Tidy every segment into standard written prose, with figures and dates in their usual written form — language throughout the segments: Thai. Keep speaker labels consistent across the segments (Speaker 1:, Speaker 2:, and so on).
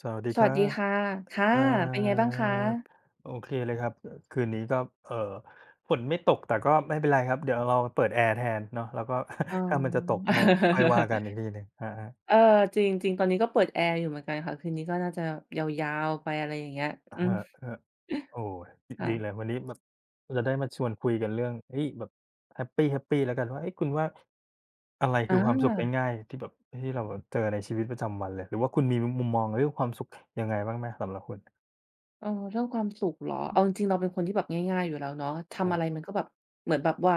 Speaker 1: สวัสดี
Speaker 2: ส
Speaker 1: ค
Speaker 2: วั
Speaker 1: รั
Speaker 2: สดี
Speaker 1: บ
Speaker 2: ค่ะ
Speaker 1: ค
Speaker 2: ค่ะ
Speaker 1: รั
Speaker 2: เป็นไงบ้างคะ
Speaker 1: บโอเคเลยครับคืนนี้ก็เอ่อฝนไม่ตกแต่ก็ไม่เป็นไรครับเดี๋ยวเราเปิดแอร์แทนเนาะแล้วก็
Speaker 2: อ๋
Speaker 1: ถ้ามันจะตก
Speaker 2: อ
Speaker 1: ก็ค่อยว่ากันอีกทีหนึ่งอะฮะ
Speaker 2: เออ จริงจริงตอนนี้ก็เปิดแอร์อยู่เหมือนกันค่ะ คืนนี้ก็น่าจะยาวๆไปอะไรอย่างเงี้ย
Speaker 1: อะ
Speaker 2: อืม
Speaker 1: ฮะอะโอ้ด
Speaker 2: ค่ะ
Speaker 1: ดีเลยวันนี้แบบจะได้มาชวนคุยกันเรื่องเฮ้ยแบบแฮปปีๆแล้วกันว่าเฮ้ยคุณว่าอะไร
Speaker 2: อ
Speaker 1: คือความสุข
Speaker 2: า
Speaker 1: ง่ายๆที่แบบที่เราแบบเจอในชีวิตประจำวันเลยหรือว่าคุณมีมุมมองเรื่องความสุขยังไงบ้างไหมสำหรับคุณ
Speaker 2: เออเรื่องความสุขเหรอเอาจริงๆเราเป็นคนที่แบบง่ายๆอยู่แล้วเนาะทำอะไรมันก็แบบเหมือนแบบว่า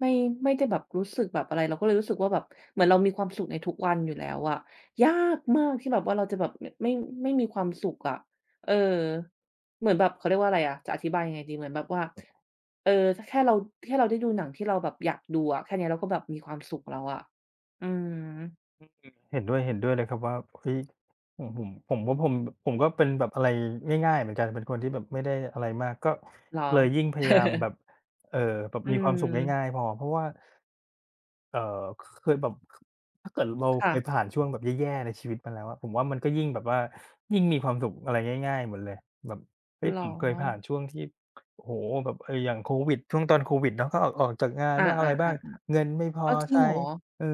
Speaker 2: ไม่ไม่ได้แบบรู้สึกแบบอะไรเราก็เลยรู้สึกว่าแบบเหมือนเรามีความสุขในทุกวันอยู่แล้วอะยากมากที่แบบว่าเราจะแบบมไม่มีความสุขอะเออเหมือนแบบเขาเรียกว่าอะไรอะจะอธิบายยังไงดีเหมือนแบบว่าเออถแค่เราได้ดูหนังที่เราแบบอยากดูอะแค่เนี้ยเราก็แบบมีความสุขแล้วอะอืม
Speaker 1: เห็นด้วยเห็นด้วยเลยครับว่าเฮ้ยผมว่าผมผมก็เป็นแบบอะไรง่ายๆเหมือนกันเป็นคนที่แบบไม่ได้อะไรมาก ก็
Speaker 2: เหรอ
Speaker 1: เลยยิ่งพยายามแบบเออแบบ
Speaker 2: อื
Speaker 1: มีความสุขง่าย
Speaker 2: ม
Speaker 1: ๆพอเพราะว่า เอ่อเคยแบบถ้าเกิดเราเค
Speaker 2: ค่ะ
Speaker 1: ยผ่านช่วงแบบแย่ๆในชีวิตมาแล้วอะผมว่ามันก็ยิ่งแบบว่ายิ่งมีความสุขอะไรง่ายๆหมดเลยแบบเฮ้ย
Speaker 2: เหรอ
Speaker 1: ผมเคยผ่านช่วงที่โอ้โฮแบบเอออย่างโควิดช่วงตอนโควิดเนาะก็ออกจากงาน
Speaker 2: อา
Speaker 1: บ้างอะไร
Speaker 2: ๆๆ
Speaker 1: บ้างเงินไม่พอ
Speaker 2: อ้าวจริงเห
Speaker 1: ใช้
Speaker 2: รอ
Speaker 1: เออ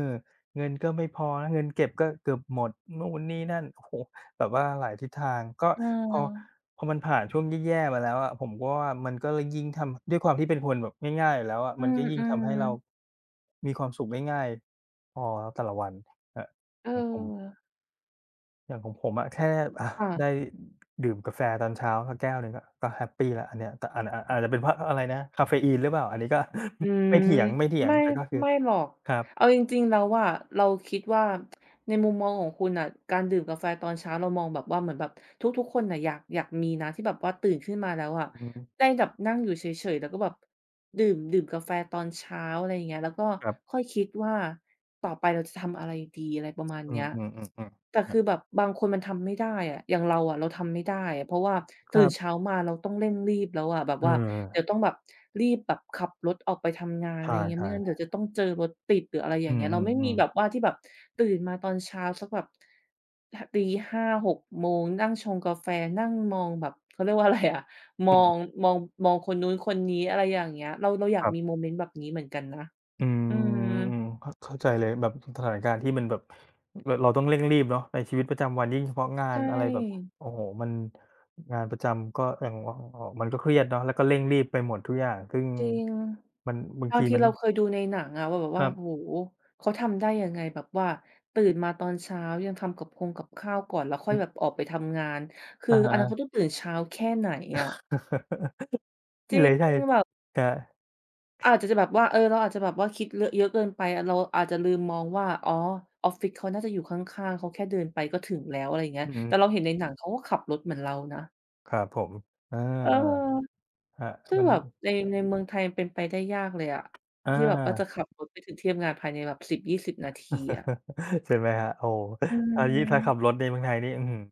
Speaker 1: เงินก็ไม่พอนะเงินเก็บก็เกือบหมดนู่นนี่นั่นโอ้โฮ แบบว่าหลายทิศทางก็
Speaker 2: เอ
Speaker 1: พอ
Speaker 2: อ
Speaker 1: พอมันผ่านช่วงแย่ๆมาแล้วอะผมก็ว่ามันก็เลยยิ่งทำด้วยความที่เป็นคนแบบง่ายๆอยู่แล้วอะ
Speaker 2: อื
Speaker 1: มัน
Speaker 2: ม
Speaker 1: ก็ยิ่ง
Speaker 2: อืม
Speaker 1: ทำให้เรามีความสุขได้ง่ายพอครับแต่ละวันครับ
Speaker 2: เออ
Speaker 1: ของผมอย่างของผมอะแค่อาได้
Speaker 2: ค่ะ
Speaker 1: ดื่มกาแฟตอนเช้าสักแก้วหนึ่งก็ก็แฮปปีแล้วอันเนี้ยแต่อาจจะเป็นเพราะอะไรนะกาเฟอีนหรือเปล่าอันนี้ก็
Speaker 2: อืม
Speaker 1: ไม่เถียง
Speaker 2: ไม่
Speaker 1: แต่ก็คือ
Speaker 2: ไม่หรอก
Speaker 1: ครับ
Speaker 2: เอาจริงๆแล้วอะเราคิดว่าในมุมมองของคุณน่ะการดื่มกาแฟตอนเช้าเรามองแบบว่าเหมือนแบบทุกๆคนน่ะอยากมีนะที่แบบว่าตื่นขึ้นมาแล้วอะ
Speaker 1: อือฮึ
Speaker 2: ได้แบบนั่งอยู่เฉยๆแล้วก็แบบดื่มกาแฟตอนเช้าอะไรอย่างเงี้ยแล้วก็
Speaker 1: ครับ
Speaker 2: ค่อยคิดว่าต่อไปเราจะทำอะไรดีอะไรประมาณ
Speaker 1: อื
Speaker 2: เนี้ย
Speaker 1: มๆๆๆค
Speaker 2: แต่
Speaker 1: รั
Speaker 2: คื
Speaker 1: บ
Speaker 2: อแบบบางคนมันทำไม่ได้อะอย่างเราอะเราทำไม่ได้อะเพราะว่า
Speaker 1: ค
Speaker 2: ตื่
Speaker 1: รั
Speaker 2: นเช้า
Speaker 1: บ
Speaker 2: มาเราต้องเร่งรีบแล้วอะแบบ
Speaker 1: เออ
Speaker 2: ว่าเดี๋ยวต้องแบบรีบแบบขับรถออกไปทำงาน
Speaker 1: ใช
Speaker 2: อะไรเงี้ย
Speaker 1: ่
Speaker 2: ไม่งั้น
Speaker 1: ๆ
Speaker 2: เดี๋ยวจะต้องเจอรถติดหรืออะไรอ
Speaker 1: อื
Speaker 2: ย่างเงี้ยเราไม่มี
Speaker 1: อๆ
Speaker 2: แบบว่า
Speaker 1: ๆ
Speaker 2: ที่แบบตื่นมาตอนเช้าสักแบบหตีหาหกโมงนั่งชงกาแฟนั่งมองแบบเขาเรียกว่าอะไรอะ มอ
Speaker 1: อื
Speaker 2: งมองมองคนนู้นคนนี้อะไรอย่างเงี้ยเราอยา
Speaker 1: ค
Speaker 2: ก
Speaker 1: รั
Speaker 2: มีโม
Speaker 1: บ
Speaker 2: เมนต์แบบนี้เหมือนกันนะ
Speaker 1: อืม
Speaker 2: อืม
Speaker 1: อืมเข้าใจเลยแบบสถานการณ์ที่มันแบบรเราต้องเร่งรีบเนาะในชีวิตประจำวันยิ่งเฉพาะงา
Speaker 2: ใช
Speaker 1: นอะไรแบบ
Speaker 2: ่
Speaker 1: โอ้โฮมันงานประจำก็อย่างออมันก็เครียดเนาะแล้วก็เร่งรีบไปหมดทุกอย่างซึ่ง
Speaker 2: จริง
Speaker 1: มันบาง
Speaker 2: บาง
Speaker 1: ที
Speaker 2: ที
Speaker 1: มัน
Speaker 2: เราเคยดูในหนังอะว่าแบบ
Speaker 1: ค
Speaker 2: ว่า
Speaker 1: รั
Speaker 2: โอ้โฮ
Speaker 1: บ
Speaker 2: เขาทำได้ยังไงแบบว่าตื่นมาตอนเช้ายังทำกับคงกับข้าวก่อนแล้วค่อ
Speaker 1: อื
Speaker 2: ยแบบ
Speaker 1: ม
Speaker 2: ออกไปทำงานคือ
Speaker 1: อะ
Speaker 2: อั
Speaker 1: ฮะ
Speaker 2: นนั้นเขาต้องตื่นเช้าแค่ไหนอะ จ
Speaker 1: ใช่
Speaker 2: ริ
Speaker 1: เล
Speaker 2: ง
Speaker 1: ยใช่
Speaker 2: แบบ
Speaker 1: ครับ
Speaker 2: อาจจะแบบว่าเออเราอาจจะแบบว่าคิดเลอะเยอะเกินไปเราอาจจะลืมมองว่าอ๋อออฟฟิศเขาน่าจะอยู่ข้างๆเขาแค่เดินไปก็ถึงแล้วอะไรอย่างเงี้ย
Speaker 1: อื
Speaker 2: แต่เรา
Speaker 1: ม
Speaker 2: เห็นในหนังเขาก็ขับรถเหมือนเรานะ
Speaker 1: ครับผมอ
Speaker 2: เออ
Speaker 1: าๆครับ
Speaker 2: ซึ่ง
Speaker 1: มัน
Speaker 2: แบบในเมืองไทยมันเป็นไปได้ยากเลยอะ
Speaker 1: อ
Speaker 2: ที่แบบว่า
Speaker 1: า
Speaker 2: จะขับรถไปถึงที่ทำงานภายในแบบ10-20นาทีอะ
Speaker 1: ใช่ไหมครับโอ้โฮ
Speaker 2: อื
Speaker 1: ถ้ายิ่งถ้าขับร
Speaker 2: ม
Speaker 1: ถในเมืองไทยนี่อื้อฮือ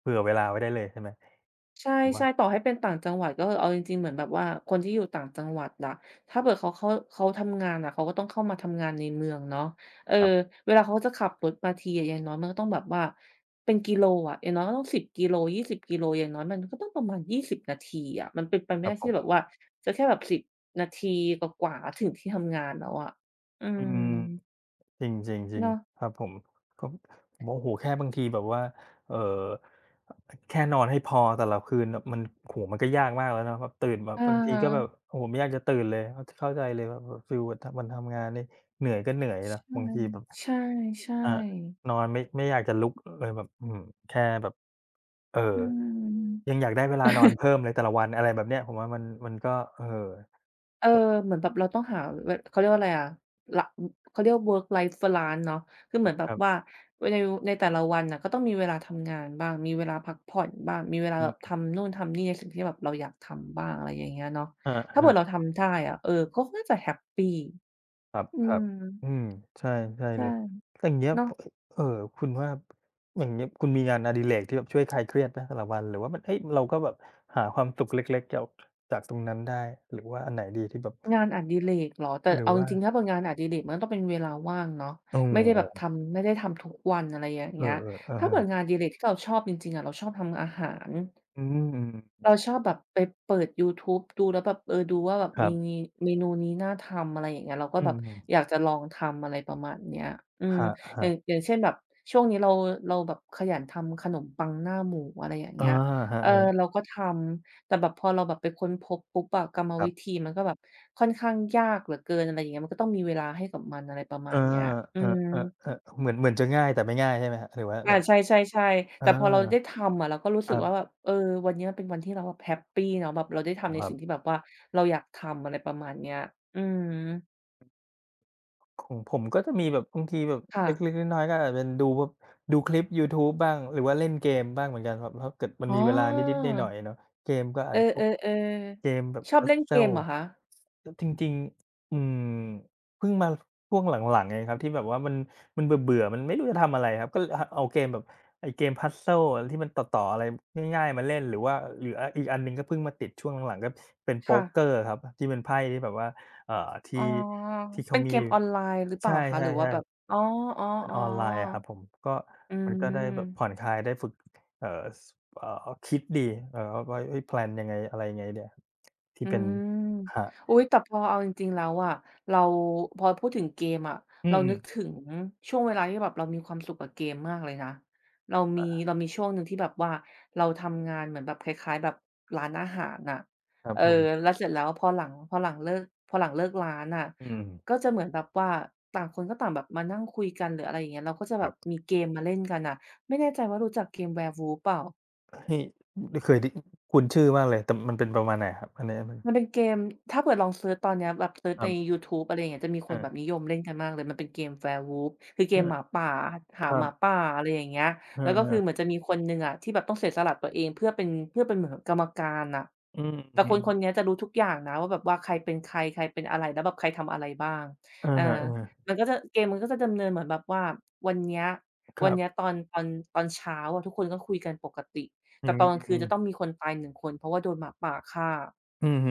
Speaker 1: เผื่อเวลาไว้ได้เลยใช่ไหมผม
Speaker 2: ใช่ๆต่
Speaker 1: ว่า
Speaker 2: อให้เป็นต่างจังหวัดก็คือเอาจริงๆเหมือนแบบว่าคนที่อยู่ต่างจังหวัดอะถ้าเผื่อเขาทำงานอะเขาก็ต้องเข้ามาทำงานในเมืองเนาะเออ
Speaker 1: ครับ
Speaker 2: เวลาเขาจะขับรถมาทีอะอย่างน้อยมันก็ต้องแบบว่าเป็นกิโลอะอย่างน้อยก็ต้องสิบกิโลยี่สิบกิโลอย่างน้อยมันก็ต้องประมาณ20นาทีอะมันเป็นไป
Speaker 1: ค
Speaker 2: ไม่
Speaker 1: รั
Speaker 2: ได้
Speaker 1: บผ
Speaker 2: ที่แบบ
Speaker 1: ม
Speaker 2: ว่าจะแค่แบบสิบนาทีกว่าๆถึงที่ทำงานแล้วอะอื
Speaker 1: อื
Speaker 2: ม
Speaker 1: มจริงจริงจริง
Speaker 2: เนาะ
Speaker 1: ครับผมก็โอ้โฮแค่บางทีแบบว่าเอ่อแค่นอนให้พอแต่ละคืนน่ะมันโอ้โฮมันก็ยากมากแล้วเนาะแบบตื่นแบบ
Speaker 2: อะ
Speaker 1: บางที
Speaker 2: ฮะ
Speaker 1: ก็แบบโอ้โฮไม่อยากจะตื่นเลยเข้าใจเลยแบบฟีลแบบวันทำงานนี่เหนื่อยก็เหนื่อยนะบางทีแบบ
Speaker 2: ใช่ใช่
Speaker 1: อา
Speaker 2: ๆ
Speaker 1: นอนไม่อยากจะลุกเลยแบบอื้อฮือแค่แบบเอ่อ
Speaker 2: อื
Speaker 1: ยัง
Speaker 2: ม
Speaker 1: อยากได้เวลานอนเพิ่มเลยแต่ละวันอะไรแบบเนี้ยผมว่ามันก็เอ่อ
Speaker 2: เออเหมือนแบบเราต้องหาวเขาเรียกว่าอะไรอะละอเขาเรียก work life balance เนาะคือเหมือนแบ
Speaker 1: ค
Speaker 2: บ
Speaker 1: รั
Speaker 2: ว่า
Speaker 1: บ
Speaker 2: วในแต่ละวันน่ะก็ต้องมีเวลาทำงานบ้างมีเวลาพักผ่อนบ้างมีเวลาแบบ
Speaker 1: อืม
Speaker 2: ทำนู่นทำนี่ในสิ่งที่แบบเราอยากทำบ้างอะไรอย่างเงี้ยเนาะถ้าเผื่
Speaker 1: อา
Speaker 2: อเรา
Speaker 1: ๆ
Speaker 2: ทำได้อะเออก็น่าจะแฮปปี
Speaker 1: ครับ
Speaker 2: อื
Speaker 1: ครับ
Speaker 2: ม
Speaker 1: อืมใช่ใช่
Speaker 2: ใช่
Speaker 1: เลยแต่อย่างเงี้ย
Speaker 2: เนาะ
Speaker 1: เอ่อคุณว่าอย่างเงี้ยคุณมีงานอดิเรกที่แบบช่วยคลายเครียดไหมแต่ละวันหรือว่ามันเฮ้ยเราก็แบบหาความสุขเล็กๆเกี่ยวจากตรงนั้นได้หรือว่าอันไหนดีที่แบบ
Speaker 2: งานอดิเรกเหรอแต่
Speaker 1: หรือ
Speaker 2: เอาจ
Speaker 1: ว่า
Speaker 2: ริงๆถ้าเป็นงานอดิเรกมันก็ต้องเป็นเวลาว่างเนาะ
Speaker 1: โอ้โ
Speaker 2: ไม่ได้แบบ
Speaker 1: ฮ
Speaker 2: ทำไม่ได้ทำทุกวันอะไรอย่าง
Speaker 1: เออ
Speaker 2: เงี้ย
Speaker 1: ๆอะ
Speaker 2: ถ้า
Speaker 1: ฮะ
Speaker 2: เผื่องานอดิเรกที่เราชอบจริงๆอะเราชอบทำอาหาร
Speaker 1: อืม
Speaker 2: เราชอบแบบไปเปิดยูทูบดูแล้วแบบเออดูว่าแบบ
Speaker 1: ครั
Speaker 2: มี
Speaker 1: บ
Speaker 2: เมนูนี้น่าทำอะไรอย่างเงี้ยเราก็
Speaker 1: อื
Speaker 2: แบบ
Speaker 1: ม
Speaker 2: อยากจะลองทำอะไรประมาณเนี้ยอื
Speaker 1: ค
Speaker 2: ม
Speaker 1: รับค
Speaker 2: อ
Speaker 1: รั
Speaker 2: ย่างอ
Speaker 1: บ
Speaker 2: ย่างเช่นแบบช่วงนี้เราแบบขยันทำขนมปังหน้าหมูอะไรอย่าง
Speaker 1: อา
Speaker 2: เงี้ย
Speaker 1: ครั
Speaker 2: เออ
Speaker 1: บ
Speaker 2: เราก็ทำแต่แบบพอเราแบบไปค้นพบปุ๊บอะกรรม
Speaker 1: ๆครั
Speaker 2: วิ
Speaker 1: บ
Speaker 2: ธีมันก็แบบค่อนข้างยากเหลือเกินอะไรอย่างเงี้ยมันก็ต้องมีเวลาให้กับมันอะไรประมา
Speaker 1: เออ
Speaker 2: ณเนี้ยอื
Speaker 1: เอ
Speaker 2: ม
Speaker 1: อๆๆเหมือนเหมือนจะง่ายแต่ไม่ง่ายใช่ไหมครับหรือว่าแบ
Speaker 2: อา
Speaker 1: บ
Speaker 2: ใช่ๆๆ
Speaker 1: อา
Speaker 2: แต่พอเราได้ทำอะเราก็รู้
Speaker 1: ค
Speaker 2: สึก
Speaker 1: รั
Speaker 2: ว่าแบบ
Speaker 1: บ
Speaker 2: เออวันนี้มันเป็นวันที่เราแบบแฮปปีเนาะแบบเราได้
Speaker 1: อ๋อ
Speaker 2: ทำใน
Speaker 1: ครับ
Speaker 2: สิ่งที่แบบว่าเราอยากทำอะไรประมาณเนี้ยอืม
Speaker 1: ของผมก็จะมีแบบบางทีแบบ
Speaker 2: ค่ะ
Speaker 1: เล็กๆน้อยๆก็อาจจะเป็นดูแบบดูคลิปยูทูบบ้างหรือว่าเล่นเกมบ้างเหมือนกันครับถ้าเกิดมัน
Speaker 2: อ๋อ
Speaker 1: มีเวลานิดๆหน่อยๆเนาะเกมก็อา
Speaker 2: เอ
Speaker 1: จจะพวก
Speaker 2: อ
Speaker 1: เก
Speaker 2: ๆ
Speaker 1: มแบบ
Speaker 2: ๆชอบเล่นเกม
Speaker 1: Puzzle
Speaker 2: เหรอคะ
Speaker 1: ก็จริงๆอืมเพิ่งมาช่วงหลังๆเองครับที่แบบว่ามันมันเบื่อๆมันไม่รู้จะทำอะไรครับก็เเอาเกมแบบไอ้เกม Puzzle อะไรที่มันต่อๆอะไรง่ายๆมาเล่นหรือว่าหรือออีกอันหนึ่งก็เพิ่งมาติดช่วงหลังๆก็เป็นโป๊
Speaker 2: ค่ะ
Speaker 1: กเกอร์ครับที่เป็นไพ่ที่แบบว่า เอ่อ
Speaker 2: อ๋
Speaker 1: ที่
Speaker 2: อ
Speaker 1: ที่เขา
Speaker 2: เป็นเก
Speaker 1: มี
Speaker 2: มออนไลน์หรือเปล่า
Speaker 1: ใช่
Speaker 2: คะหรือว่าแบบ
Speaker 1: ๆ
Speaker 2: อ๋อ
Speaker 1: ๆเป็
Speaker 2: ๆ
Speaker 1: นออนไลน์อะครับผมก็
Speaker 2: ๆอื
Speaker 1: มันก็
Speaker 2: ม
Speaker 1: ได้แบบผ่อนคลายได้ฝึกเอ่อสคิดดีว่าเฮ้ยแพลนยังไงอะไรยังไงเนี่ยที่
Speaker 2: อื
Speaker 1: เป็น
Speaker 2: ม
Speaker 1: ครับ
Speaker 2: อุ๊ยแต่พอเอาจริงๆแล้วอะเราพอพูดถึงเกมอะ
Speaker 1: อื
Speaker 2: เรานึก
Speaker 1: ม
Speaker 2: ถึงช่วงเวลาที่แบบเรามีความสุขกับเกมมากเลยนะเรา
Speaker 1: ๆ
Speaker 2: มี
Speaker 1: อา
Speaker 2: เรามีช่วงหนึ่งที่แบบว่าเราทำงานเหมือนแบบคล้ายๆแบบร้านอาหารน่ะ
Speaker 1: ครับ
Speaker 2: เออ
Speaker 1: ผม
Speaker 2: แล้วเสร็จแล้วพอหลังเลิกพอหลังเลิกร้านน่ะ
Speaker 1: อืม
Speaker 2: ก็จะเหมือนแบบว่าต่างคนก็ต่างแบบมานั่งคุยกันหรืออะไรอย่างเงี้ยเราก็จะ
Speaker 1: ค
Speaker 2: แบ
Speaker 1: รั
Speaker 2: บ
Speaker 1: บ
Speaker 2: มีเกมมาเล่นกันน่ะไม่แน่ใจว่ารู้จักเกม Werewolf เปล่า
Speaker 1: ที่ไม่เคยได้คุ้นชื่อมากเลยแต่มันเป็นประมาณไหนครับอันนี้มัน
Speaker 2: มันเป็นเกมถ้าเผื่อลองเซิร์ชตอนเนี้ยแบบเซิร์ช
Speaker 1: ครั
Speaker 2: ใน
Speaker 1: บ
Speaker 2: ยูทูบอะไรอย่างเงี้ยจะมีค
Speaker 1: เอ
Speaker 2: น
Speaker 1: อ
Speaker 2: แบบนิยมเล่นกันมากเลยมันเป็นเกม Werewolf คือเก
Speaker 1: เอ
Speaker 2: ม
Speaker 1: อ
Speaker 2: หมาป่าหา
Speaker 1: ครั
Speaker 2: ห
Speaker 1: บ
Speaker 2: มาป่าอะไรอย่างเงี้ย
Speaker 1: เออ
Speaker 2: แล้วก็คือเหมือน
Speaker 1: ๆ
Speaker 2: จะมีคนหนึ่งอะที่แบบต้องเสียสละตัวเองเพื่อเป็นเหมือนกรรมการน่ะ
Speaker 1: อืม
Speaker 2: แต่คนๆเนี้ยจะรู้ทุกอย่างนะว่าแบบว่าใครเป็นใครใครเป็นอะไรแล้วแบบใครทำอะไรบ้าง
Speaker 1: ๆอะ
Speaker 2: อา
Speaker 1: ฮะ
Speaker 2: มันก็จะเกมมันก็จะดำเนินเหมือนแบบว่าวันเนี้ย
Speaker 1: ๆค
Speaker 2: วัน
Speaker 1: รั
Speaker 2: เนี้ย
Speaker 1: บ
Speaker 2: ตอนเช้าอะทุกคนก็คุยกันปกติ
Speaker 1: อื
Speaker 2: แต่ตอนกลางคืนจะต้อง
Speaker 1: ม
Speaker 2: มีคนตายหนึ่งคนเพราะว่าโดนหมาป่าฆ่า
Speaker 1: อือฮึ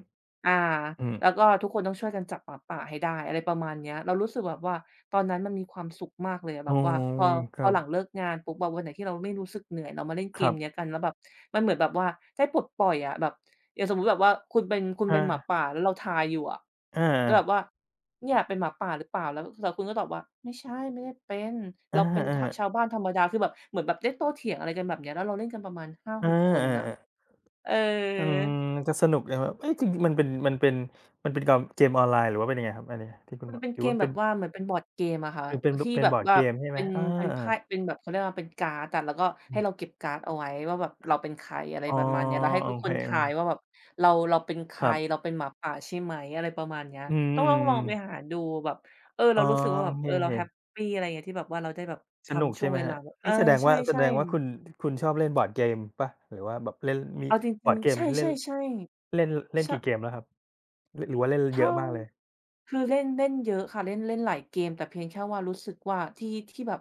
Speaker 1: ๆ
Speaker 2: อา
Speaker 1: ๆอืม
Speaker 2: แล้วก็ทุกคนต้องช่วยกันจับหมาป่าให้ได้อะไรประมาณเนี้ยเรารู้สึกแบบว่าตอนนั้นมันมีความสุขมากเลยอะแบ
Speaker 1: อ๋อ
Speaker 2: บว่าพอ
Speaker 1: ค
Speaker 2: พ
Speaker 1: รั
Speaker 2: อ
Speaker 1: บ
Speaker 2: หลังเลิกงานปุ๊บแบบวันไหนที่เราไม่รู้สึกเหนื่อยเรามาเล่นเก
Speaker 1: ค
Speaker 2: ม
Speaker 1: รั
Speaker 2: เนี้ย
Speaker 1: บ
Speaker 2: กันแล้วแบบมันเหมือนแบบว่าได้ปลดปล่อยอะแบบอย่างสมมุติแบบว่าคุณเป็นคุณเป็
Speaker 1: อา
Speaker 2: นหมาป่าแล้วเราทายอยู่อะ
Speaker 1: อา
Speaker 2: แล้วแบบว่าเนี่ยเป็นหมาป่าหรือเปล่าแล้วคุณก็ตอบว่าไม่ใช่ไม่ได้เป็น
Speaker 1: อ
Speaker 2: เราเป็นท
Speaker 1: าๆ
Speaker 2: ชาวบ้านธรรมดาคือแบบเหมือนแบบได้โต้เถียงอะไรกันแบบเนี้ยแล้วเราเล่นกันประมาณ
Speaker 1: อา
Speaker 2: 5-6คน
Speaker 1: อ
Speaker 2: น่ะ
Speaker 1: าๆ
Speaker 2: เออ
Speaker 1: อืมจะสนุกนะครับเอ๊ะจริงๆมันเป็นมันเป็นกอมเกมออนไลน์หรือว่าเป็นยังไงครับอันเนี้ยที่คุณ
Speaker 2: มั
Speaker 1: บ
Speaker 2: น
Speaker 1: อก
Speaker 2: เป็น
Speaker 1: หรื
Speaker 2: เก
Speaker 1: อ
Speaker 2: ม
Speaker 1: ว่า
Speaker 2: แบ
Speaker 1: เป็
Speaker 2: บ
Speaker 1: น
Speaker 2: ว่าเหมือนเป็นบอร์ดเกมอะค่ะที่แบบ
Speaker 1: บอร์ด
Speaker 2: ว่า
Speaker 1: เกมใช่ไหม
Speaker 2: เป็น
Speaker 1: อา
Speaker 2: เป็นไพ่
Speaker 1: ๆ
Speaker 2: เป็นแบบเขาเรียกว่าเป็นการ์ดอะแล้วก็
Speaker 1: อื
Speaker 2: ให้
Speaker 1: ม
Speaker 2: เราเก็บการ์ดเอาไว้ว่าแบบเราเป็นใครอะไร
Speaker 1: อ๋อ
Speaker 2: ประมาณเนี้ยแล้วให้
Speaker 1: โอ
Speaker 2: ทุกค
Speaker 1: เค
Speaker 2: นทายว่า
Speaker 1: ๆ
Speaker 2: แบบเราเป็นใค
Speaker 1: ค
Speaker 2: ร
Speaker 1: รั
Speaker 2: เรา
Speaker 1: บ
Speaker 2: เป็นหมาป่าใช่ไหมอะไรประมาณเนี้ย
Speaker 1: อื
Speaker 2: ต้องลอง
Speaker 1: ม
Speaker 2: ไป
Speaker 1: ๆ
Speaker 2: หา
Speaker 1: ๆ
Speaker 2: ดูแบบเออ
Speaker 1: อ๋
Speaker 2: เรา
Speaker 1: อ
Speaker 2: รู้สึกว่าแบ
Speaker 1: โอ
Speaker 2: บ
Speaker 1: เ
Speaker 2: เออเรา
Speaker 1: ค
Speaker 2: แฮป
Speaker 1: ๆ
Speaker 2: ปีอะไรเงี้ยที่แบบว่าเราได้แบบ
Speaker 1: สนุก
Speaker 2: ทำช่ว
Speaker 1: ใช่
Speaker 2: ง
Speaker 1: ไหม
Speaker 2: เว
Speaker 1: ครั
Speaker 2: ลา
Speaker 1: บ
Speaker 2: แบบเออ
Speaker 1: เอ๊ะแสดง
Speaker 2: ใ
Speaker 1: ว่า
Speaker 2: ช่
Speaker 1: คุณ
Speaker 2: ๆ
Speaker 1: ชอบเล่นบอร์ดเกมเปล่าหรือว่าแบบเล่นมี
Speaker 2: เอาจ
Speaker 1: บ
Speaker 2: ริ
Speaker 1: อ
Speaker 2: ง
Speaker 1: ร์ดเก
Speaker 2: ๆ
Speaker 1: ม
Speaker 2: ใช
Speaker 1: เล่น
Speaker 2: ่ๆ
Speaker 1: เล่นเล่
Speaker 2: ๆ
Speaker 1: น
Speaker 2: ชะ
Speaker 1: กี่เกมแล้วครับหรือว่าเล่นเย
Speaker 2: เท่า
Speaker 1: อะมากเลย
Speaker 2: คือเล่นเล่นเยอะค่ะเล่นเล่นหลายเกมแต่เพียงแค่ว่ารู้สึกว่าที่แบบ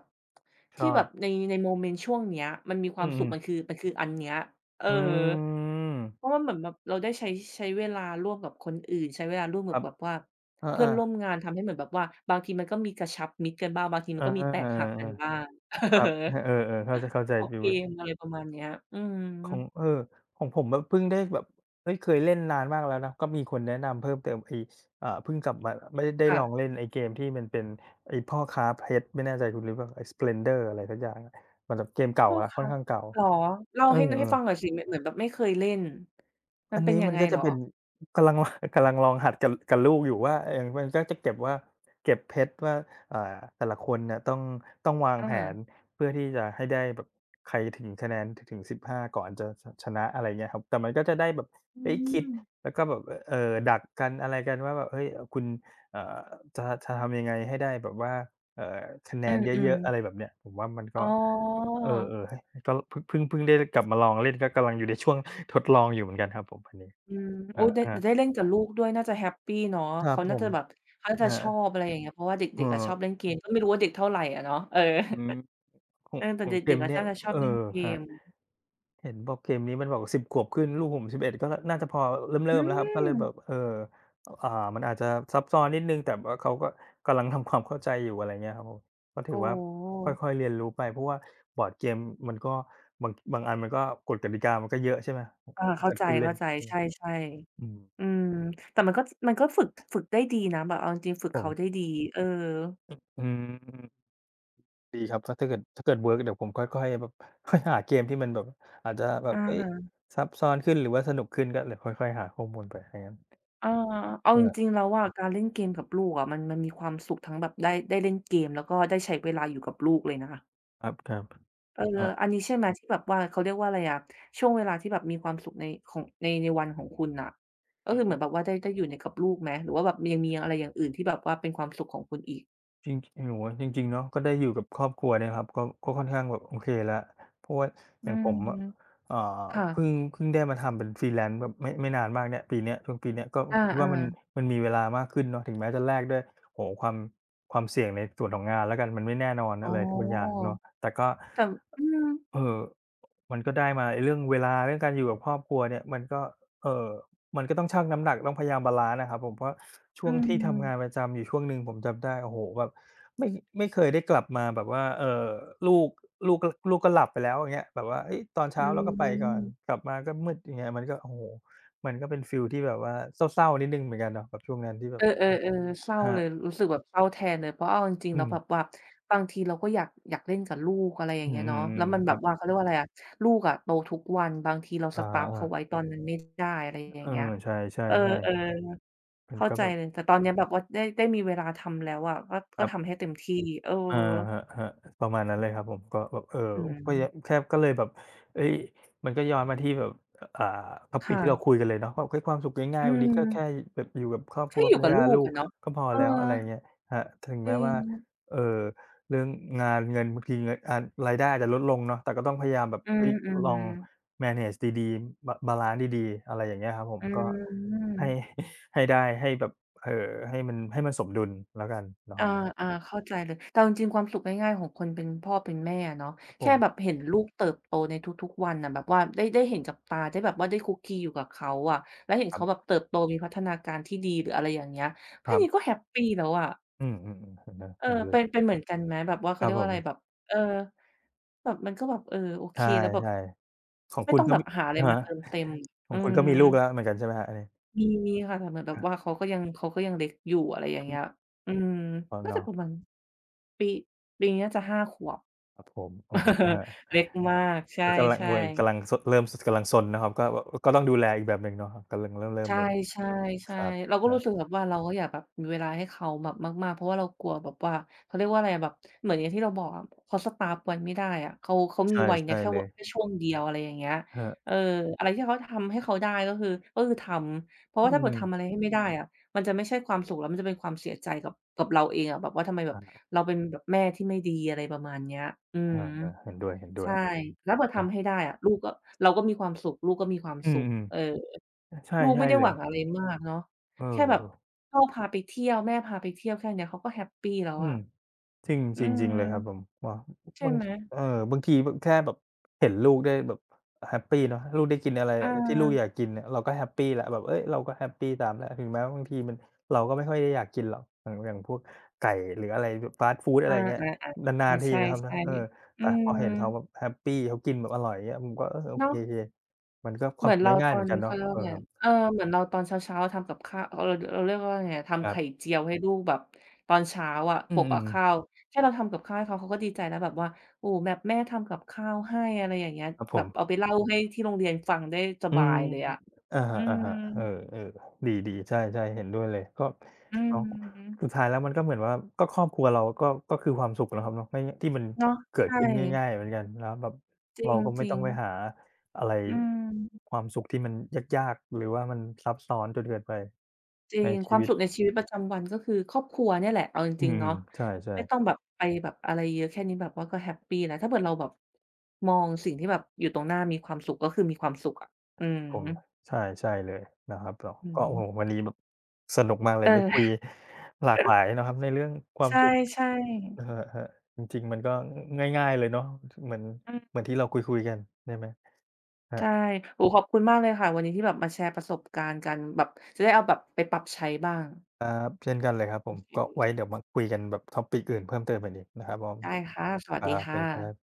Speaker 1: ช
Speaker 2: ที่
Speaker 1: อ
Speaker 2: แบ
Speaker 1: บ
Speaker 2: บในโมเมนต์ช่วงเนี้ยมันมีค
Speaker 1: อื
Speaker 2: วามสุข
Speaker 1: ม
Speaker 2: มันคือ
Speaker 1: ๆ
Speaker 2: มันคืออันเนี้ยเออ
Speaker 1: อืม
Speaker 2: เพราะว่าเหมือนแบบเราได้ใช้เวลาร่วมกับคนอื่นใช้เวลาร่วม
Speaker 1: ค
Speaker 2: กับ
Speaker 1: รับ
Speaker 2: แบบว่า
Speaker 1: อ
Speaker 2: เพื่อน
Speaker 1: า
Speaker 2: ร่วม
Speaker 1: ๆ
Speaker 2: งานทำให้เหมือนแบบว่าบางทีมันก็มีกระชับมิตรกันบ้างบางทีมัน
Speaker 1: อา
Speaker 2: ก็มีแตกหักกันบ้าง
Speaker 1: ค
Speaker 2: เออ
Speaker 1: รับฮเออๆเข้าจเข้าใจ
Speaker 2: ของ
Speaker 1: ฟี
Speaker 2: เก
Speaker 1: ลเลย
Speaker 2: มอะไรประมาณเนี้ยอื
Speaker 1: ข
Speaker 2: ม
Speaker 1: องเออของผมแบบเพิ่งได้แบบเฮ้ยเคยเล่นนานมากแล้วนะก็มีคนแนะนำเพิ่มเติมไอ้เพิ่งกลับมาไม่ได้ลอง
Speaker 2: ค่ะ
Speaker 1: เล่นไอ้เกมที่มันเป็นไอ้พ่อค้าเพชรไม่แน่ใจคุณรู้เปล่าไอ้ Splendor อะไรสักอย่างอะมันแบบเกม
Speaker 2: โท
Speaker 1: เก่า
Speaker 2: ษ
Speaker 1: แล้ว
Speaker 2: ค
Speaker 1: ค่อ
Speaker 2: รั
Speaker 1: น
Speaker 2: บ
Speaker 1: ข้างเก่า
Speaker 2: เหรอเล่า
Speaker 1: เออ
Speaker 2: ให้ฟังหน่อยสิเหมือนเหมือนแบบไม่เคยเล่นมั
Speaker 1: อั
Speaker 2: น
Speaker 1: น
Speaker 2: เป็น
Speaker 1: นี้
Speaker 2: ยั
Speaker 1: มั
Speaker 2: ง
Speaker 1: น
Speaker 2: ไง
Speaker 1: ก็
Speaker 2: เหร
Speaker 1: จะ
Speaker 2: อ
Speaker 1: เป็น กำลัง กำลังลองหัดกับกับลูกอยู่ว่าเออมันก็จะเก็บว่าเก็บเพชรว่าเอ่าแต่ละคนเนี่ยต้องวางแผน
Speaker 2: อา
Speaker 1: เพื่อที่จะให้ได้แบบใครถึงคะแนนถึง15ก่อนจะชนะอะไรเงี้ยครับแต่มันก็จะได้แบบ
Speaker 2: อื
Speaker 1: เอ้ยคิด
Speaker 2: ม
Speaker 1: แล้วก็แบบเออดักกันอะไรกันว่าแบบเฮ้ยคุณเอ่อจะทำยังไงให้ได้แบบว่าเอ่อคะแน
Speaker 2: อื
Speaker 1: นเย
Speaker 2: ม
Speaker 1: อะๆอะไร
Speaker 2: ๆ
Speaker 1: แบบเนี้ยผมว่ามัน
Speaker 2: อ๋
Speaker 1: ก็
Speaker 2: อ
Speaker 1: เออเออก็เพิ่งได้กลับมาลองเล่นก็กำลังอยู่ในช่วง ทดลองอยู่เหมือนกันครับผมอันนี้
Speaker 2: อืม
Speaker 1: ค
Speaker 2: โอ๊ได้
Speaker 1: ร
Speaker 2: แต่ได้
Speaker 1: ๆ
Speaker 2: เล่นกับลูกด้วยน่าจะแฮปปีเนาะ
Speaker 1: ครั
Speaker 2: เขา
Speaker 1: บผ
Speaker 2: น่า
Speaker 1: ม
Speaker 2: จะแบบเขาน่าจะ
Speaker 1: อา
Speaker 2: ชอบอะไรอย่างเงี้ยเพราะว่า
Speaker 1: เอ
Speaker 2: เด็
Speaker 1: อ
Speaker 2: กๆอะชอบเล่นเกมก็ไม่รู้ว่าเด็กเท่าไรอะเนาะเออ
Speaker 1: อืมขอ ง
Speaker 2: เออ
Speaker 1: ข
Speaker 2: แต่
Speaker 1: องเก
Speaker 2: เด็ก
Speaker 1: ม
Speaker 2: ๆอะ
Speaker 1: เนี่ย
Speaker 2: น่าจะชอบ
Speaker 1: เออ
Speaker 2: เล่นเก
Speaker 1: ครั
Speaker 2: ม
Speaker 1: บเห็นบอกเกมนี้มันบอก10ขวบขึ้นลูกผม11ก็น่าจะพอเ
Speaker 2: อื
Speaker 1: ริ่มๆแล้วครับก็
Speaker 2: ม
Speaker 1: เลยแบบเอออ่ามันอาจจะซับซ้อนนิดหนึ่งแต่ว่าเขาก็กำลังทำความเข้าใจอยู่อะไรเงี้ยครับผมก็ถือ
Speaker 2: โอ้
Speaker 1: ว่า
Speaker 2: โฮ
Speaker 1: ค่อยๆเรียนรู้ไปเพราะว่าบอร์ดเกมมันก็บางอันมันก็กฎกติกามันก็เยอะใช่ไหม
Speaker 2: อา
Speaker 1: ถ้า
Speaker 2: เข้า
Speaker 1: เกิด
Speaker 2: ใจ
Speaker 1: คุณเล่นใช่
Speaker 2: ๆ
Speaker 1: ไห
Speaker 2: ใ
Speaker 1: ม
Speaker 2: ช่
Speaker 1: อืม
Speaker 2: ๆอืมแต่มันก็มันก็ฝึกฝึกได้ดีนะแบบเอาจริงๆฝึก
Speaker 1: ผม
Speaker 2: เขาได้ดีเออ
Speaker 1: อืม ดีครับถ้าถ้าเกิดเวิร์กเดี๋ยวผมค่อยๆแบบ ค่อยหาเกมที่มันแบบอาจจะแบ
Speaker 2: อ
Speaker 1: บเฮ้ย
Speaker 2: า
Speaker 1: ซับซ้อนขึ้นหรือว่าสนุกขึ้นก็เดี๋ยวค่อยๆ หาข้อมูลไปถ้างั้น
Speaker 2: เอาเอาจริง
Speaker 1: เออ
Speaker 2: ๆแล้วอะการเล่นเกมกับลูกอะมันมันมีความสุขทั้งแบบได้ได้เล่นเกมแล้วก็ได้ใช้เวลาอยู่กับลูกเลยนะคะ
Speaker 1: ครับๆครั
Speaker 2: เออ
Speaker 1: บ
Speaker 2: อันนี้ใช่ไหมที่แบบว่าเขาเรียกว่าอะไรอะช่วงเวลาที่แบบมีความสุขในของในในวันของคุณน่ะก็
Speaker 1: อื
Speaker 2: คือเหมือนแบ
Speaker 1: ม
Speaker 2: บว่าได้ได้อยู่ในกับลูกไหมหรือว่าแบบยังมีอะไรอย่างอื่นที่แบบว่าเป็นความสุขของคุณอีก
Speaker 1: จริงโอ้โฮจริงๆเนาะก็ได้อยู่กับครอบครัวเนี่ยครับก็ก็ค่อนข้างแบบโอเคแล้ว เพราะว่าอ
Speaker 2: อื
Speaker 1: ย่างผ
Speaker 2: ม
Speaker 1: มอะเอ่อ
Speaker 2: ค่ะ
Speaker 1: เพิ่งได้มาทำเป็น Freelance แบบไม่นานมากเนี่ยปีเนี้ยช่วงปีเนี้ยก็
Speaker 2: อ
Speaker 1: คิด
Speaker 2: า
Speaker 1: ว่ามัน
Speaker 2: ๆ
Speaker 1: มันมีเวลามากขึ้นเนาะถึงแม้จะแลกด้วยโอ้โฮความเสี่ยงในส่วนของงานแล้วกันมันไม่แน่นอน
Speaker 2: อ๋อ
Speaker 1: อะไรบางอย่างเนาะแต่ก็
Speaker 2: แต่อืม
Speaker 1: เอ่อมันก็ได้มาไอ้เรื่องเวลาเรื่องการอยู่กับครอบครัวเนี่ยมันก็เอ่อ มันก็ต้องชั่งน้ำหนักต้องพยายามบาลันซ์อะครับผมเพราะช่
Speaker 2: อื
Speaker 1: วงที่ทำ
Speaker 2: ม
Speaker 1: งานประจำอยู่ช่วงหนึ่งผมจำได้โอ้โฮแบบไม่ไม่เคยได้กลับมาแบบว่าลูกลูกก็หลับไปแล้วอย่างเงี้ยแบบว่าเฮ้ยตอน
Speaker 2: อื
Speaker 1: เช้าเราก็ไปก่อน
Speaker 2: ม
Speaker 1: กลับมาก็มืดอย่างเงี้ยมันก็โอ้โฮมันก็เป็นฟีลที่แบบว่าเศร้าๆนิดหนึ่งเหมือนกันเนาะแบบช่วงนั้นที่แบ
Speaker 2: เอ
Speaker 1: บ
Speaker 2: อๆๆเศร้า
Speaker 1: ครั
Speaker 2: เลย
Speaker 1: บ
Speaker 2: รู้สึกแบบเศร้าแทนเลยเพราะเอาจริงๆ
Speaker 1: อื
Speaker 2: แล้ว
Speaker 1: ม
Speaker 2: แบบว่าบางทีเราก็อยากเล่นกับลูกอะไรอย่า
Speaker 1: อื
Speaker 2: งเงี้ยเนาะแล้
Speaker 1: ม
Speaker 2: วมั
Speaker 1: ๆ
Speaker 2: น
Speaker 1: ๆค
Speaker 2: แบ
Speaker 1: รั
Speaker 2: บว่า
Speaker 1: บ
Speaker 2: เขาเรียกว่าอะไรอะลูกอะโตทุกวันบางทีเราส
Speaker 1: อา
Speaker 2: ต๊าปเขาไว้
Speaker 1: ๆ
Speaker 2: ตอนนั้นไม่ได้อะไรอย่า
Speaker 1: เอ
Speaker 2: ง
Speaker 1: อ
Speaker 2: เงี้ย
Speaker 1: ใช
Speaker 2: เออ
Speaker 1: ่
Speaker 2: ๆ
Speaker 1: ๆๆมัน
Speaker 2: เข้า
Speaker 1: ก็
Speaker 2: ใจ
Speaker 1: แบบ
Speaker 2: เลยแต่ตอนเนี้ยแบบว่าได้มีเวลาทำแล้วอะก็
Speaker 1: ค
Speaker 2: ก็
Speaker 1: รั
Speaker 2: ทำ
Speaker 1: บ
Speaker 2: ให้เต็มที่เออ
Speaker 1: อาครับๆประมาณนั้นเลยครับผมก็แบบ
Speaker 2: อืม
Speaker 1: ก็ยังแค่ก็เลยแบบเฮ้ยมันก็ย้อนมาที่แบบอ่า topic ที่เรา
Speaker 2: ค่ะ
Speaker 1: คุยกันเลยเนาะว่าเฮ้ยความสุขง่า
Speaker 2: อื
Speaker 1: ยๆวันนี้ก็แค่
Speaker 2: ม
Speaker 1: แบบอยู่กับครอบค
Speaker 2: แค่
Speaker 1: รัว
Speaker 2: อ
Speaker 1: ภ
Speaker 2: ยู่
Speaker 1: รร
Speaker 2: กับ
Speaker 1: ยา
Speaker 2: ลูก
Speaker 1: ลูก
Speaker 2: อะเนาะ
Speaker 1: ก็พอ
Speaker 2: เออ
Speaker 1: แล้วอะไรอย่างเงี้ยครับถึง
Speaker 2: จริ
Speaker 1: แม้
Speaker 2: ง
Speaker 1: ว่าเอ่อเรื่องงานเงินบางทีเงินรายได้อาจจะลดลงเนาะแต่ก็ต้องพยายามแบบ
Speaker 2: อื
Speaker 1: เฮ้ยล
Speaker 2: ม
Speaker 1: อง
Speaker 2: ๆ
Speaker 1: manage ดีๆบะบาลันซ์ดีๆอะไรอย่างเงี้ยครับผม
Speaker 2: อื
Speaker 1: ก็ให้
Speaker 2: ม
Speaker 1: ให้ได้ให้แบบเอ่อให้มันสมดุลแล้วกันนะค
Speaker 2: อา
Speaker 1: รับเนาะ
Speaker 2: ๆเข้าใจเลยแต่เอาจริงๆความสุขง่ายๆของคนเป็นพ่อเป็นแม่อะเนาะ
Speaker 1: ครับผ
Speaker 2: แค่แบบ
Speaker 1: ม
Speaker 2: เห็นลูกเติบโตในทุกๆวันน่ะแบบว่าได้เห็นกับตาได้แบบว่าได้คุกคีอยู่กับเขาอะแล้วเห็น
Speaker 1: ครั
Speaker 2: เขาแบบ
Speaker 1: บ
Speaker 2: เติบโตมีพัฒนาการที่ดีหรืออะไรอย่างเงี้ย
Speaker 1: ค
Speaker 2: แค่
Speaker 1: รั
Speaker 2: นี้
Speaker 1: บ
Speaker 2: ก็แฮปปีแล้วอะ
Speaker 1: อืมๆๆเห็นด้วย
Speaker 2: เออ
Speaker 1: เห็นด้วย
Speaker 2: เป็นเหมือนกันไหมแบบว่า
Speaker 1: ค
Speaker 2: เขา
Speaker 1: รั
Speaker 2: เรี
Speaker 1: บ
Speaker 2: ยก
Speaker 1: ผ
Speaker 2: ว่าอะไรแบบ
Speaker 1: ม
Speaker 2: เออแบบมันก็แบบเออโอ
Speaker 1: ใ
Speaker 2: เคแล้วแบบ
Speaker 1: ช่ๆของ
Speaker 2: ไม่
Speaker 1: คุ
Speaker 2: ต้
Speaker 1: ณ
Speaker 2: อง
Speaker 1: ก็
Speaker 2: แบบ
Speaker 1: มี
Speaker 2: หาอะไร
Speaker 1: อะ
Speaker 2: มา
Speaker 1: ฮะ
Speaker 2: เติมเต็ม
Speaker 1: ขอ
Speaker 2: อื
Speaker 1: งคุณก็
Speaker 2: ม
Speaker 1: มีลูกแล้วเหมือนกันใช่ไหมครับอันนี้
Speaker 2: มีค่ะแต่เหมือนแบบว่า
Speaker 1: อา
Speaker 2: เขาก็ยังเล็กอยู่อะไรอย่าง
Speaker 1: อื
Speaker 2: เงี้
Speaker 1: ม
Speaker 2: ยอืม
Speaker 1: อ๋อ
Speaker 2: น่าจะ
Speaker 1: เนาะ
Speaker 2: ประมาณปีปีนี้น่าจะ5 ขวบ
Speaker 1: ครับผมอะฮะ
Speaker 2: เล็กมาก ใช
Speaker 1: ก็กำลัง
Speaker 2: ่
Speaker 1: วัยกำลัง
Speaker 2: ๆ
Speaker 1: ซเริ่มซกำลังซนนะครับก็ต้องดูแลอีกแบบหนึ่งเนาะครับกำลังเริ่ม
Speaker 2: ใช่
Speaker 1: ๆแบบ
Speaker 2: ใช่ใช่
Speaker 1: ครับ
Speaker 2: เราก็
Speaker 1: ครั
Speaker 2: รู้สึก
Speaker 1: บ
Speaker 2: แบบว่าเราก็อยากแบบมีเวลาให้เขาแบบมากๆเพราะว่าเรากลัวแบบว่าเขาเรียกว่าอะไรอะแบบเหมือนอย่างที่เราบอกอะเขาสตาร์ปไว้ไม่ได้อะเขามี
Speaker 1: ใช่
Speaker 2: ไว้เนี่
Speaker 1: ใช่
Speaker 2: ยแค่
Speaker 1: เล
Speaker 2: วา
Speaker 1: ย
Speaker 2: แค่ช่วงเดียวอะไรอย่างเงี้ย
Speaker 1: ครั
Speaker 2: เออ
Speaker 1: บ
Speaker 2: อะไรที่เขาทำให้เขาได้ก็คือก็คือทำเพราะ
Speaker 1: อื
Speaker 2: ว่าถ้าเกิ
Speaker 1: ม
Speaker 2: ดทำอะไรให้ไม่ได้อะมันจะไม่ใช่ความสุขแล้วมันจะเป็นความเสียใจกับเราเองอะแบบว่าทำไมแบบ
Speaker 1: อ
Speaker 2: เราเป็นแบบแม่ที่ไม่ดีอะไรประมาณเนี้ยอืม
Speaker 1: าๆๆเห็นด้วย
Speaker 2: ใช่แล้วพอ
Speaker 1: ๆนะ
Speaker 2: ทำให้ได้อะลูกก็เราก็มีความสุขลูกก็มีความ
Speaker 1: อื
Speaker 2: สุข
Speaker 1: ม
Speaker 2: เออ
Speaker 1: ๆใช่
Speaker 2: ลูก
Speaker 1: ใช่
Speaker 2: ไม่ได้
Speaker 1: เล
Speaker 2: หวั
Speaker 1: ย
Speaker 2: งอะไรมากเนาะ
Speaker 1: เอ
Speaker 2: แค่แบบ
Speaker 1: อ
Speaker 2: พ่อพาไปเที่ยวแม่พาไปเที่ยวแค่เนี้ยเขาก็แฮปปีแล้ว
Speaker 1: อื
Speaker 2: อะ
Speaker 1: ม จริง
Speaker 2: อื
Speaker 1: จริงจริงเลยครับผ
Speaker 2: ม
Speaker 1: มว่า
Speaker 2: ใช่
Speaker 1: บาง
Speaker 2: ไหม
Speaker 1: เออบางทีแบบแค่แบบเห็นลูกได้แบบแฮปปีเนาะลูกได้กินอะไร
Speaker 2: อา
Speaker 1: อะไรที่ลูกอยากกินเนี่ยเราก็แฮปปีแล้วแบบเฮ้ยเราก็แฮปปีตามแล้วถึงแม้ว่าบางทีมันเราก็ไม่ค่อยได้อยากกินหรอกอย่างอย่างพวกไก่หรืออะไรแบบฟาสต์ฟูดอะ
Speaker 2: อา
Speaker 1: ไรอย่างเงี้ย
Speaker 2: ๆๆ
Speaker 1: นา
Speaker 2: อา
Speaker 1: นๆที
Speaker 2: ใช่
Speaker 1: นะครับนะเออ
Speaker 2: ๆอื
Speaker 1: แต่พอ
Speaker 2: ม
Speaker 1: เห็นเขาแบบแฮปปีเขากินแบบอร่อยอย่างเงี้ยผมก็เออโอเค
Speaker 2: เนาะ
Speaker 1: ๆมันก็ค
Speaker 2: เห
Speaker 1: วาม
Speaker 2: มือน
Speaker 1: สุข
Speaker 2: เราต
Speaker 1: ง่ายๆ
Speaker 2: อ
Speaker 1: เหมือ
Speaker 2: น
Speaker 1: นกันเนาะ
Speaker 2: เขาเรียก
Speaker 1: เอ
Speaker 2: ว่า
Speaker 1: อ
Speaker 2: ไง
Speaker 1: ครับ
Speaker 2: เออเหมือนเราตอนเช้าๆทำกับข้าวเออเราเรียกว่าไงอะ
Speaker 1: ค
Speaker 2: ทำ
Speaker 1: รั
Speaker 2: ไข่
Speaker 1: บ
Speaker 2: เจียวให้ลูกแบบตอนเช้าอะ
Speaker 1: อื
Speaker 2: โปะกับ
Speaker 1: ม
Speaker 2: ข้าว
Speaker 1: ๆ
Speaker 2: แค่เราทำกับข้าวให้เขาเขาก็ดีใจแล้วแบบว่าโอ้แบบแม่ทำกับข้าวให้อะไรอย่างเงี้ย
Speaker 1: ครับผ
Speaker 2: แบบเอา
Speaker 1: ม
Speaker 2: ไปเล่าให้ที่โรงเรียนฟังได้ส
Speaker 1: อื
Speaker 2: บา
Speaker 1: ม
Speaker 2: ยเลยอะ
Speaker 1: อะ
Speaker 2: อืม
Speaker 1: ฮะๆเออๆดีๆใช่ๆเห็นด้วยเลยก็
Speaker 2: อื
Speaker 1: เนาะสุด
Speaker 2: ม
Speaker 1: ท้ายแล้วมันก็เหมือนว่า ก็ครอบครัวเราก็ก็คือความสุขนะครับเนาะไม่ที่มัน
Speaker 2: เนาะ
Speaker 1: เกิด
Speaker 2: ใช่
Speaker 1: ขึ้นง่ายๆเหมือนกันนะครับแบบ
Speaker 2: จ
Speaker 1: เราก็ไม่
Speaker 2: ริ
Speaker 1: ต้
Speaker 2: ง
Speaker 1: องไปหาอะไร
Speaker 2: ๆอืม
Speaker 1: ความสุขที่มันยากๆ หรือว่ามันซับซ้อนจนเกินไป
Speaker 2: จริ
Speaker 1: ใน
Speaker 2: งค
Speaker 1: ชี
Speaker 2: วาม
Speaker 1: วิต
Speaker 2: สุขในชีวิตประจำวันก็คือครอบครัวเนี่ยแหละเอาจ
Speaker 1: อื
Speaker 2: ริงๆ
Speaker 1: ม
Speaker 2: เนาะ
Speaker 1: ๆใช่
Speaker 2: ไม่ต้อง
Speaker 1: ๆ
Speaker 2: แบบไปแบบอะไรเยอะแค่นี้แบบว่าก็แฮปปีแล้วถ้าเกิดเราแบบมองสิ่งที่แบบอยู่ตรงหน้ามีความสุขก็คือมีความสุขอะอือ
Speaker 1: ผม
Speaker 2: ฮึ
Speaker 1: ใช่ใช่เลยนะครับเรา
Speaker 2: อือ
Speaker 1: ก็
Speaker 2: ฮึ
Speaker 1: โอ้โฮวันนี้แบบสนุกมากเล
Speaker 2: เอ
Speaker 1: ยได้
Speaker 2: อ
Speaker 1: คุยหลากห ลายนะครับในเรื่องควา
Speaker 2: ใช
Speaker 1: มสุข
Speaker 2: ่
Speaker 1: เอ
Speaker 2: ๆ
Speaker 1: ะๆจริงๆมันก็งง่ายๆเลยเนาะเหมือน
Speaker 2: อืม
Speaker 1: เหมือนที่เราคุยๆกันได้ไหมครั
Speaker 2: ใช่
Speaker 1: บ
Speaker 2: โอ้โฮขอบคุณมากเลยค่ะวันนี้ที่แบบมาแชร์ประสบการณ์กันแบบจะได้เอาแบบไปปรับใช้บ้าง
Speaker 1: ครับเช่นกันเลยครับผ
Speaker 2: โอ
Speaker 1: ม
Speaker 2: เค
Speaker 1: ก็ไว้เดี๋ยวมาคุยกันแบบ topic อื่นเพิ่มเติมกันอีกนะครับผม
Speaker 2: ได้ค่ะส
Speaker 1: ค
Speaker 2: วัส
Speaker 1: รั
Speaker 2: ดี
Speaker 1: บสวั
Speaker 2: ค่ะ
Speaker 1: สดีครับ